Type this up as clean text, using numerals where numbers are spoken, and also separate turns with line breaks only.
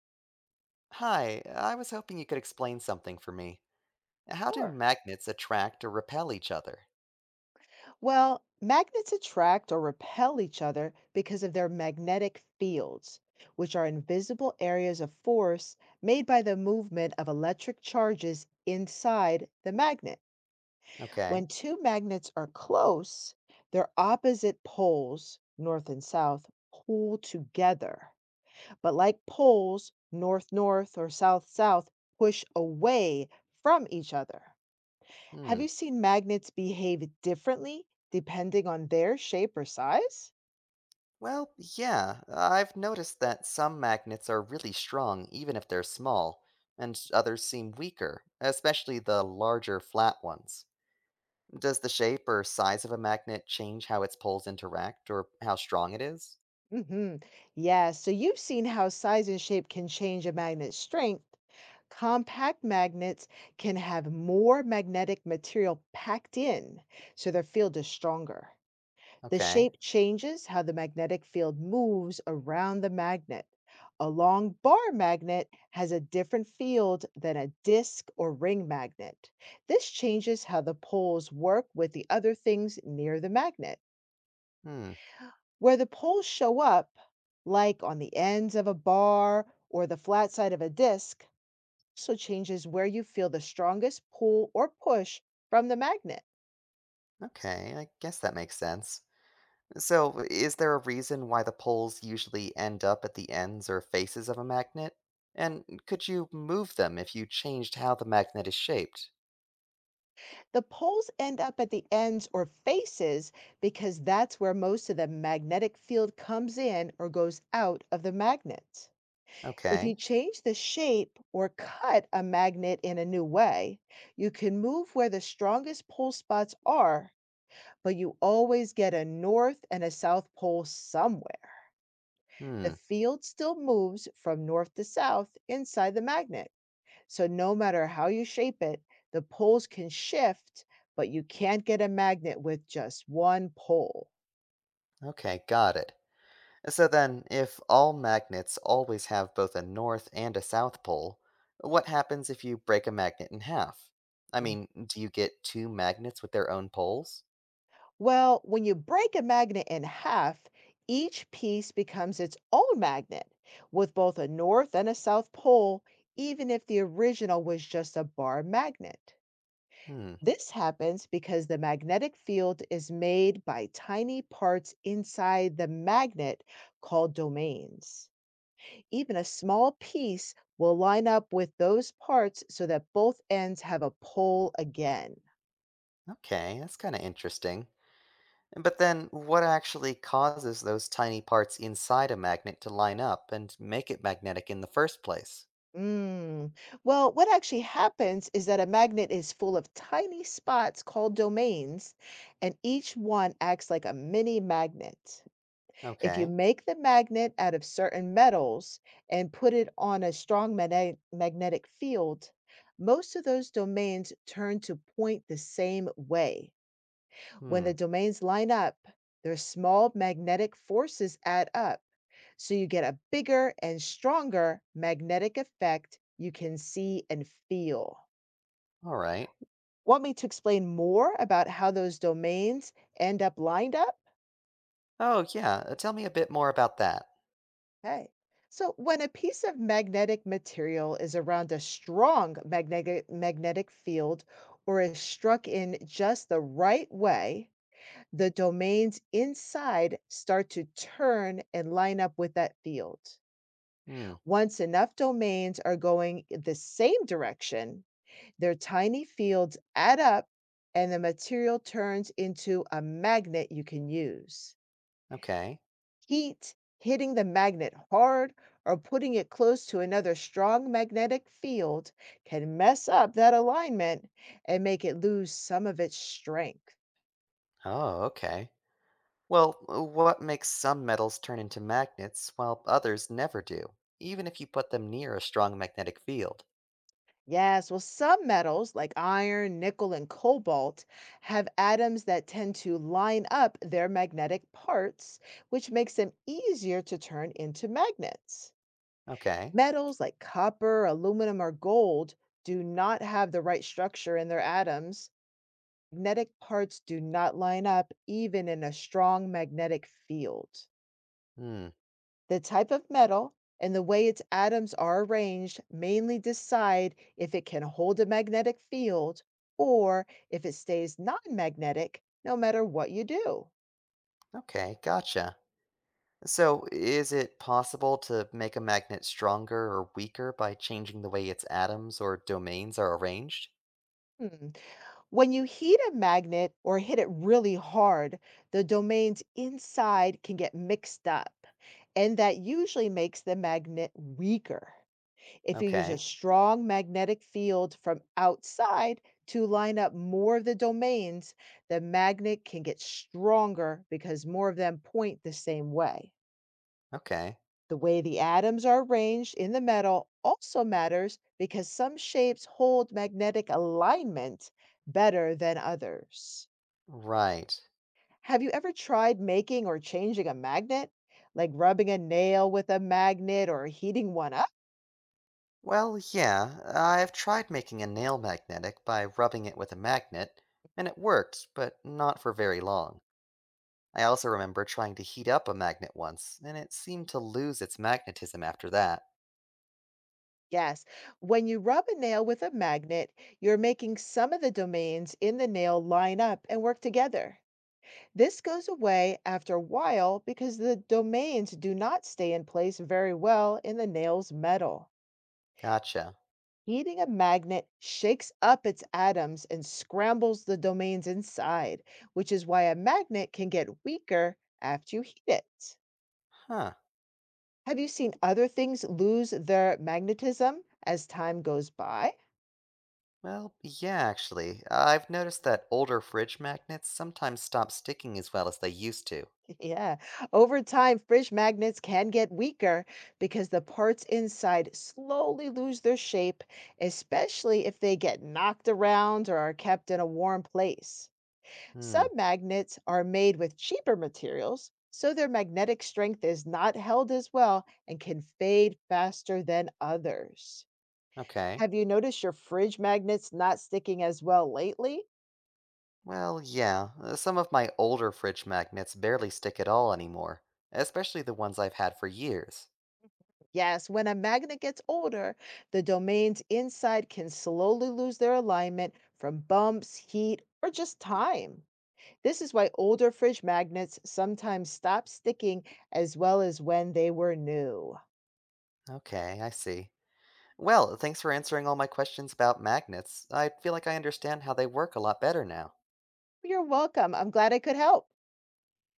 Hi, I was hoping you could explain something for me. How do
Sure.
magnets attract or repel each other?
Well, magnets attract or repel each other because of their magnetic fields, which are invisible areas of force made by the movement of electric charges inside the magnet. When
Okay.
two magnets are close, their opposite poles, north and south, pull together. But like poles, north north or south south, push away from each other. Have
Hmm.
you seen magnets behave differently depending on their shape or size?
Well, yeah, I've noticed that some magnets are really strong even if they're small, and others seem weaker, especially the larger flat ones. Does the shape or size of a magnet change how its poles interact or how strong it is?
Hmm. Yeah, so you've seen how size and shape can change a magnet's strength. Compact magnets can have more magnetic material packed in, so their field is stronger. The
Okay.
shape changes how the magnetic field moves around the magnet. A long bar magnet has a different field than a disc or ring magnet. This changes how the poles work with the other things near the magnet.
Hmm.
Where the poles show up, like on the ends of a bar or the flat side of a disc, also changes where you feel the strongest pull or push from the magnet.
Okay, I guess that makes sense. So, is there a reason why the poles usually end up at the ends or faces of a magnet? And could you move them if you changed how the magnet is shaped?
The poles end up at the ends or faces because that's where most of the magnetic field comes in or goes out of the magnet. If
Okay.
you change the shape or cut a magnet in a new way, you can move where the strongest pole spots are, but you always get a north and a south pole somewhere. The
Hmm.
field still moves from north to south inside the magnet. So no matter how you shape it, the poles can shift, but you can't get a magnet with just one pole.
Okay, got it. So then, if all magnets always have both a north and a south pole, what happens if you break a magnet in half? I
Mm.
mean, do you get two magnets with their own poles?
Well, when you break a magnet in half, each piece becomes its own magnet with both a north and a south pole, even if the original was just a bar magnet.
Hmm.
This happens because the magnetic field is made by tiny parts inside the magnet called domains. Even a small piece will line up with those parts so that both ends have a pole again.
Okay, that's kind of interesting. But then, what actually causes those tiny parts inside a magnet to line up and make it magnetic in the first place?
Mm. Well, what actually happens is that a magnet is full of tiny spots called domains, and each one acts like a mini magnet. If you
Okay.
make the magnet out of certain metals and put it on a strong magnetic field, most of those domains turn to point the same way. When
Hmm.
the domains line up, their small magnetic forces add up, so you get a bigger and stronger magnetic effect you can see and feel.
All right.
Want me to explain more about how those domains end up lined up?
Oh, yeah. Tell me a bit more about that.
Okay. So, when a piece of magnetic material is around a strong magnetic field or is struck in just the right way, the domains inside start to turn and line up with that field.
Hmm.
Once enough domains are going the same direction, their tiny fields add up and the material turns into a magnet you can use.
Okay.
Heat, hitting the magnet hard, or putting it close to another strong magnetic field can mess up that alignment and make it lose some of its strength.
Oh, okay. Well, what makes some metals turn into magnets while others never do, even if you put them near a strong magnetic field?
Yes, well, some metals like iron, nickel, and cobalt have atoms that tend to line up their magnetic parts, which makes them easier to turn into magnets.
Okay.
Metals like copper, aluminum, or gold do not have the right structure in their atoms. Magnetic parts do not line up even in a strong magnetic field.
Hmm.
The type of metal and the way its atoms are arranged mainly decide if it can hold a magnetic field or if it stays non-magnetic no matter what you do.
Okay. Gotcha. So, is it possible to make a magnet stronger or weaker by changing the way its atoms or domains are arranged?
Hmm. When you heat a magnet or hit it really hard, the domains inside can get mixed up, and that usually makes the magnet weaker. If you use a
Okay,
strong magnetic field from outside to line up more of the domains, the magnet can get stronger because more of them point the same way.
okay,
The way the atoms are arranged in the metal also matters because some shapes hold magnetic alignment better than others.
right.
Have you ever tried making or changing a magnet? Like rubbing a nail with a magnet or heating one up?
Well, yeah, I've tried making a nail magnetic by rubbing it with a magnet, and it worked, but not for very long. I also remember trying to heat up a magnet once, and it seemed to lose its magnetism after that.
Yes. When you rub a nail with a magnet, you're making some of the domains in the nail line up and work together. This goes away after a while because the domains do not stay in place very well in the nail's metal.
Gotcha.
Heating a magnet shakes up its atoms and scrambles the domains inside, which is why a magnet can get weaker after you heat it.
Huh.
Have you seen other things lose their magnetism as time goes by?
Well, yeah, actually, I've noticed that older fridge magnets sometimes stop sticking as well as they used to.
Yeah. Over time, fridge magnets can get weaker because the parts inside slowly lose their shape, especially if they get knocked around or are kept in a warm place. Some
Hmm,
magnets are made with cheaper materials, so their magnetic strength is not held as well and can fade faster than others.
okay.
Have you noticed your fridge magnets not sticking as well lately?
Well, yeah, some of my older fridge magnets barely stick at all anymore, especially the ones I've had for years.
Yes, when a magnet gets older, the domains inside can slowly lose their alignment from bumps, heat, or just time. This is why older fridge magnets sometimes stop sticking as well as when they were new.
Okay, I see. Well, thanks for answering all my questions about magnets. I feel like I understand how they work a lot better now.
You're welcome. I'm glad I could help.